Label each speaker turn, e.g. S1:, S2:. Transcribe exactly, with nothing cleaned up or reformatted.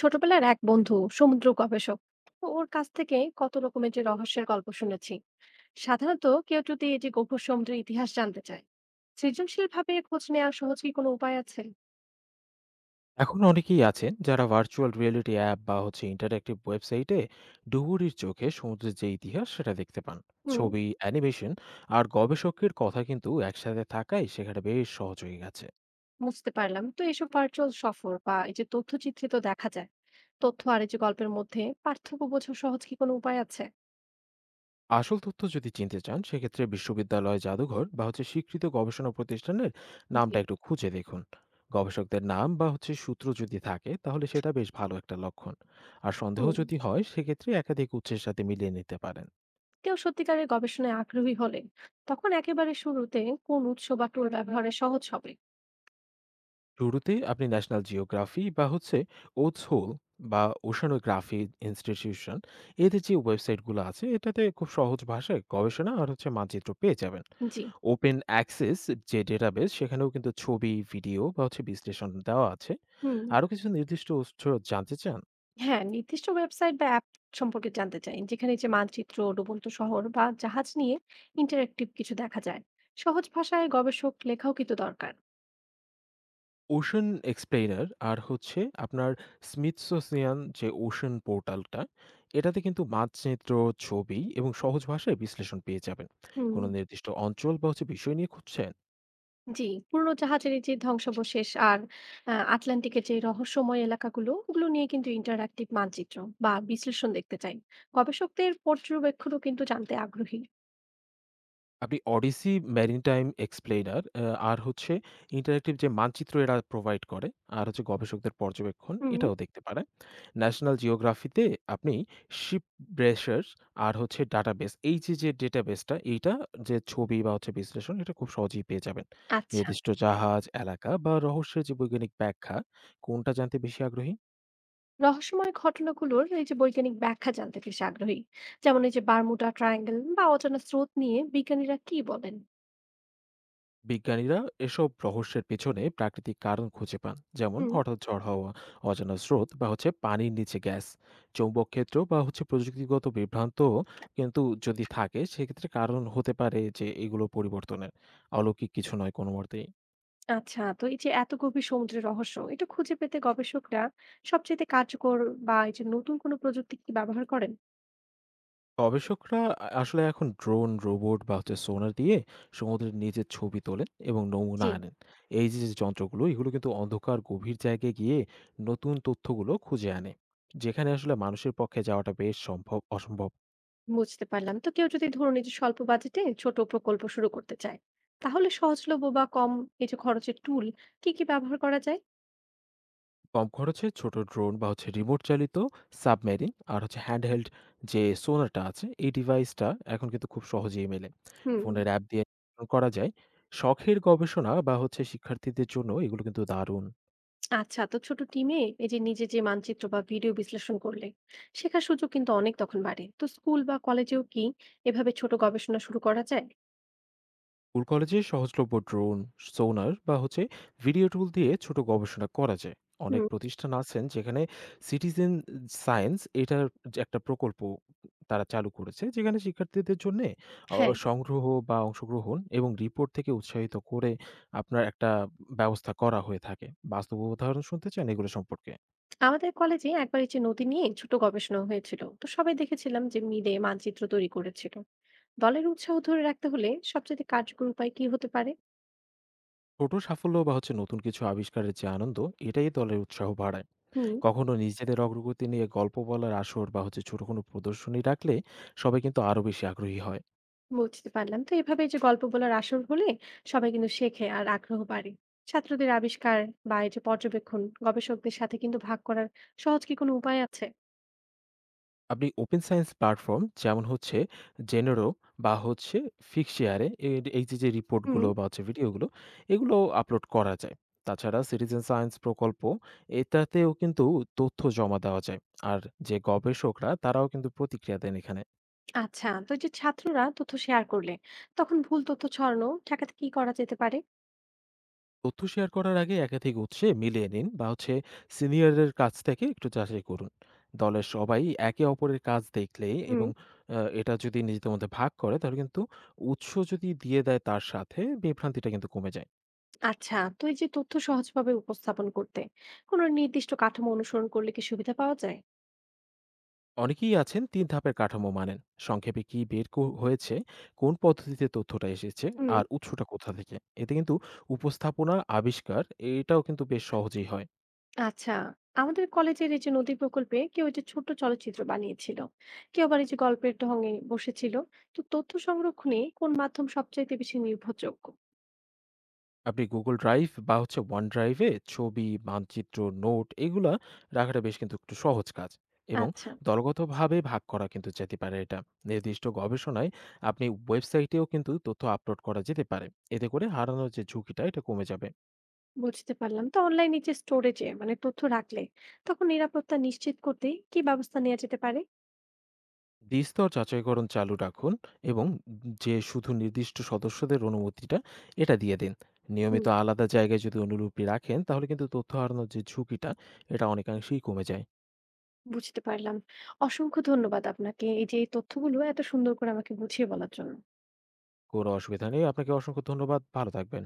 S1: ছোটবেলার এক বন্ধু সমুদ্র গবেষক। তো ওর কাছ থেকে কত রকমের যে রহস্যের গল্প শুনেছি। সাধারণত কেউ যদি এই যে গভীর সমুদ্রের ইতিহাস জানতে চায়, সৃজনশীল ভাবে খোঁজ নেওয়ার সহজ কি কোনো উপায় আছে?
S2: এখন অনেকেই আছেন যারা ভার্চুয়াল রিয়েলিটি অ্যাপ বা হচ্ছে ইন্টারঅ্যাক্টিভ ওয়েবসাইটে ডুবুরির চোখে সমুদ্রের যে ইতিহাস সেটা দেখতে পান।
S1: হুম।
S2: ছবি, অ্যানিমেশন আর গবেষকের কথা কিন্তু একসাথে থাকায় সেখানে বেশ সহজ হয়ে গেছে।
S1: বুঝতে পারলাম। তো এসব ভার্চুয়াল সফর বা এই যে তথ্যচিত্রে তো দেখা যায়, তথ্য আর এই যে গল্পের মধ্যে পার্থক্য বোঝা সহজ কি কোনো উপায় আছে?
S2: আসল তথ্য যদি চিনতে চান, সেক্ষেত্রে বিশ্ববিদ্যালয়, জাদুঘর বা হচ্ছে স্বীকৃত গবেষণা প্রতিষ্ঠানের
S1: জি।
S2: নামটা একটু খুঁজে দেখুন। গবেষকদের নাম বা হচ্ছে সূত্র যদি থাকে, তাহলে সেটা বেশ ভালো একটা লক্ষণ। আর সন্দেহ
S1: হুম।
S2: যদি হয়, সেক্ষেত্রে একাধিক উৎসের সাথে মিলিয়ে নিতে পারেন।
S1: কেউ সত্যিকারের গবেষণায় আগ্রহী হলে তখন একেবারে শুরুতে কোন উৎস বা টুল ব্যবহারে সহজ হবে?
S2: শুরুতে আপনি ন্যাশনাল জিওগ্রাফি বা হচ্ছে ওটস হোল বা ওশানোগ্রাফি ইনস্টিটিউশন, এদের যে ওয়েবসাইটগুলো আছে এটাতে খুব সহজ ভাষায় গবেষণা আর হচ্ছে মানচিত্র পেয়ে যাবেন।
S1: জি।
S2: ওপেন অ্যাক্সেস যে ডেটাবেস, সেখানেও কিন্তু ছবি, ভিডিও বা হচ্ছে বিশ্লেষণ দেওয়া আছে।
S1: হুম।
S2: আরও কিছু নির্দিষ্ট উৎস জানতে চান?
S1: হ্যাঁ, নির্দিষ্ট ওয়েবসাইট বা অ্যাপ সম্পর্কে জানতে চাই, যেখানে এই যে মানচিত্র, ডুবন্ত শহর বা জাহাজ নিয়ে ইন্টারেক্টিভ কিছু দেখা যায়। সহজ ভাষায় গবেষক লেখাও কিন্তু দরকার।
S2: 'Ocean Explainer' আর হচ্ছে আপনার স্মিথসোনিয়ান যে 'ওশেন পোর্টাল'টা, এটাতে কিন্তু মানচিত্র, ছবি এবং সহজ ভাষায় বিশ্লেষণ পেয়ে যাবেন।
S1: হুম,
S2: কোনো নির্দিষ্ট অঞ্চল বা হচ্ছে বিষয় নিয়ে খুঁজছেন?
S1: জি। পুরনো জাহাজের এই যে ধ্বংসাবশেষ আর আ আটলান্টিকের যে রহস্যময় এলাকাগুলো, ওগুলো নিয়ে কিন্তু ইন্টারেক্টিভ মানচিত্র বা বিশ্লেষণ দেখতে চাই। গবেষকদের পর্যবেক্ষণও কিন্তু জানতে আগ্রহী।
S2: আপনি Odyssey Maritime Explainer অ্যা আর হচ্ছে ইন্টারেক্টিভ যে মানচিত্র এরা প্রোভাইড করে, আর হচ্ছে গবেষকদের পর্যবেক্ষণ
S1: হুম,
S2: এটাও দেখতে পারেন। ন্যাশনাল জিওগ্রাফিতে আপনি শিপ ব্রেশার্স আর হচ্ছে ডাটাবেস এই যে, যে ডেটাবেসটা এইটা, যে ছবি বা হচ্ছে বিশ্লেষণ এটা খুব সহজেই পেয়ে যাবেন।
S1: আচ্ছা।
S2: নির্দিষ্ট জাহাজ, এলাকা বা রহস্যের যে বৈজ্ঞানিক ব্যাখ্যা কোনটা জানতে বেশি আগ্রহী?
S1: রহস্যময় ঘটনাগুলোর এই যে বৈজ্ঞানিক ব্যাখ্যা জানতে বেশ আগ্রহী, যেমন এই যে বারমুডা ট্রায়াঙ্গেল বা অজানা স্রোত নিয়ে বিজ্ঞানীরা কি বলেন?
S2: বিজ্ঞানীরা এসব রহস্যের পেছনে প্রাকৃতিক কারণ খুঁজে পান, যেমন
S1: হুম।
S2: হঠাৎ ঝড় হওয়া, অজানা স্রোত বা হচ্ছে পানির নিচে গ্যাস, চৌম্বক ক্ষেত্র বা হচ্ছে প্রযুক্তিগত বিভ্রান্ত কিন্তু যদি থাকে সেক্ষেত্রে কারণ হতে পারে যে এগুলো পরিবর্তনের। অলৌকিক কিছু নয় কোনো মতেই।
S1: আচ্ছা, তো এই যে এত গভীর সমুদ্রের রহস্য এটা খুঁজে পেতে গবেষকরা সবচেয়ে কার্যকর বা এই যে নতুন কোনো প্রযুক্তি কি ব্যবহার করেন?
S2: গবেষকরা আ- আসলে এখন ড্রোন, রোবট বা হচ্ছে সোনার দিয়ে সমুদ্রের নিচের ছবি তোলেন এবং নমুনা
S1: জি।
S2: আনেন। এই যে যে যন্ত্রগুলো, এগুলো কিন্তু অন্ধকার গভীর জায়গায় গিয়ে নতুন তথ্যগুলো খুঁজে আনে, যেখানে আসলে মানুষের পক্ষে যাওয়াটা বেশ সম্ভব অসম্ভব।
S1: বুঝতে পারলাম। তো কেউ যদি ধরুন এই যে স্বল্প বাজেটে ছোট প্রকল্প শুরু করতে চায়, তাহলে সহজলভ্য বা কম এই যে খরচের টুল কি কি ব্যবহার করা যায়?
S2: কম খরচে ছোট ড্রোন বা হচ্ছে রিমোট চালিত সাবমেরিন আর হচ্ছে হ্যান্ডহেল্ড যে সোনারটা আছে, এই ডিভাইসটা এখন কিন্তু খুব সহজেই মেলে।
S1: হুম।
S2: ফোনের অ্যাপ দিয়ে করা যায়। শখের গবেষণা বা হচ্ছে শিক্ষার্থীদের জন্য এগুলো কিন্তু দারুণ।
S1: আচ্ছা, তো ছোট টিমে এই যে নিজে যে মানচিত্র বা ভিডিও বিশ্লেষণ করলে শেখার সুযোগ কিন্তু অনেক তখন বাড়ে। তো স্কুল বা কলেজেও কি এভাবে ছোট গবেষণা শুরু করা যায়?
S2: স্কুল কলেজে সহজলভ্য ড্রোন, সোনার বা হচ্ছে ভিডিও টুল দিয়ে ছোট গবেষণা করা যায়। অনেক
S1: হুম।
S2: প্রতিষ্ঠান আছেন যেখানে সিটিজেন সায়েন্স এটার যে একটা প্রকল্প তারা চালু করেছে, যেখানে শিক্ষার্থীদের জন্য
S1: হ্যাঁ,
S2: সংগ্রহ বা অংশগ্রহণ এবং রিপোর্ট থেকে উৎসাহিত করে আপনার একটা ব্যবস্থা করা হয়ে থাকে। বাস্তব উদাহরণ শুনতে চান এগুলো সম্পর্কে?
S1: আমাদের কলেজে একবার এই যে নদী নিয়ে ছোট গবেষণা হয়েছিল, তো সবাই দেখেছিলাম যে মিলে মানচিত্র তৈরি করেছিল। দলের উৎসাহ ধরে রাখতে হলে সবচেয়ে কার্যকর উপায় কি হতে পারে?
S2: ছোট সাফল্য বা হচ্ছে নতুন কিছু আবিষ্কারের যে আনন্দ, এটাই দলের উৎসাহ বাড়ায়।
S1: হুম।
S2: কখনো নিজেদের অগ্রগতি নিয়ে গল্প বলার আসর বা হচ্ছে ছোট কোনো প্রদর্শনী রাখলে সবাই কিন্তু আরো বেশি আগ্রহী হয়।
S1: বুঝতে পারলাম। তো এভাবে এই যে গল্প বলার আসর হলে সবাই কিন্তু শেখে আর আগ্রহ বাড়ে। ছাত্রদের আবিষ্কার বা এই যে পর্যবেক্ষণ গবেষকদের সাথে কিন্তু ভাগ করার সহজ কি কোনো উপায় আছে?
S2: আপনি ওপেন সায়েন্স প্ল্যাটফর্ম যেমন হচ্ছে জেনেরো বা হচ্ছে ফিক্সিয়ারে, এই যে যে
S1: হুম।
S2: রিপোর্টগুলো বা হচ্ছে ভিডিওগুলো, এগুলো আপলোড করা যায়। তাছাড়া সিটিজেন সায়েন্স প্রকল্প, এটাতেও কিন্তু তথ্য জমা দেওয়া যায়। আর যে গবেষকরা, তারাও কিন্তু প্রতিক্রিয়া দেন এখানে।
S1: আচ্ছা, তো এই যে ছাত্ররা তথ্য শেয়ার করলে তখন ভুল তথ্য ছড়ানো ঠেকাতে কি করা যেতে পারে?
S2: তথ্য শেয়ার করার আগে একাধিক উৎসে মিলিয়ে নিন বা হচ্ছে সিনিয়রের কাছ থেকে একটু যাচাই করুন। দলের সবাই একে অপরের কাজ দেখলে
S1: হুম।
S2: এবং আহ, এটা যদি নিজেদের মধ্যে ভাগ করে, তাহলে কিন্তু উৎস যদি দিয়ে দেয় তার সাথে বিভ্রান্তিটা কিন্তু কমে যায়।
S1: আচ্ছা, তো এই যে তথ্য সহজভাবে উপস্থাপন করতে কোনো নির্দিষ্ট কাঠামো অনুসরণ করলে কি সুবিধা পাওয়া যায়?
S2: অনেকেই আছেন তিন ধাপের কাঠামো মানেন। সংক্ষেপে কি বের কো- হয়েছে, কোন পদ্ধতিতে তথ্যটা এসেছে
S1: হুম।
S2: আর উৎসটা কোথা থেকে। এতে কিন্তু উপস্থাপনা, আবিষ্কার, এটাও কিন্তু বেশ সহজেই হয়।
S1: আচ্ছা, আমাদের কলেজের এই যে নদী প্রকল্পে কেউ এই যে ছোট চলচ্চিত্র বানিয়েছিল, কেউ আবার এই যে গল্পের ঢঙে বসেছিল। তো তথ্য সংরক্ষণে কোন মাধ্যম সবচাইতে বেশি নির্ভরযোগ্য?
S2: আপনি Google Drive বা হচ্ছে OneDrive এ ছবি, মানচিত্র, নোট এগুলা রাখাটা বেশ কিন্তু একটু সহজ কাজ, এবং
S1: আচ্ছা,
S2: দলগতভাবে ভাগ করা কিন্তু যেতে পারে এটা। নির্দিষ্ট গবেষণায় আপনি ওয়েবসাইটেও কিন্তু তথ্য আপলোড করা যেতে পারে। এতে করে হারানোর যে ঝুঁকিটা এটা কমে যাবে।
S1: বুঝতে পারলাম। তো অনলাইন যে স্টোরেজে মানে তথ্য রাখলে তখন নিরাপত্তা নিশ্চিত করতে কি ব্যবস্থা নেওয়া যেতে পারে?
S2: দ্বি-স্তর যাচাইকরণ চালু রাখুন এবং যে শুধু নির্দিষ্ট সদস্যদের অনুমতিটা এটা দিয়ে দিন।
S1: হুম।
S2: নিয়মিত আলাদা জায়গায় যদি অনুলিপি রাখেন, তাহলে কিন্তু তথ্য হারানোর যে ঝুঁকিটা এটা অনেকাংশেই কমে যায়।
S1: বুঝতে পারলাম। অসংখ্য ধন্যবাদ আপনাকে এই যে এই তথ্যগুলো এত সুন্দর করে আমাকে বুঝিয়ে বলার জন্য।
S2: কোনো অসুবিধা নেই। আপনাকে অসংখ্য ধন্যবাদ। ভালো থাকবেন।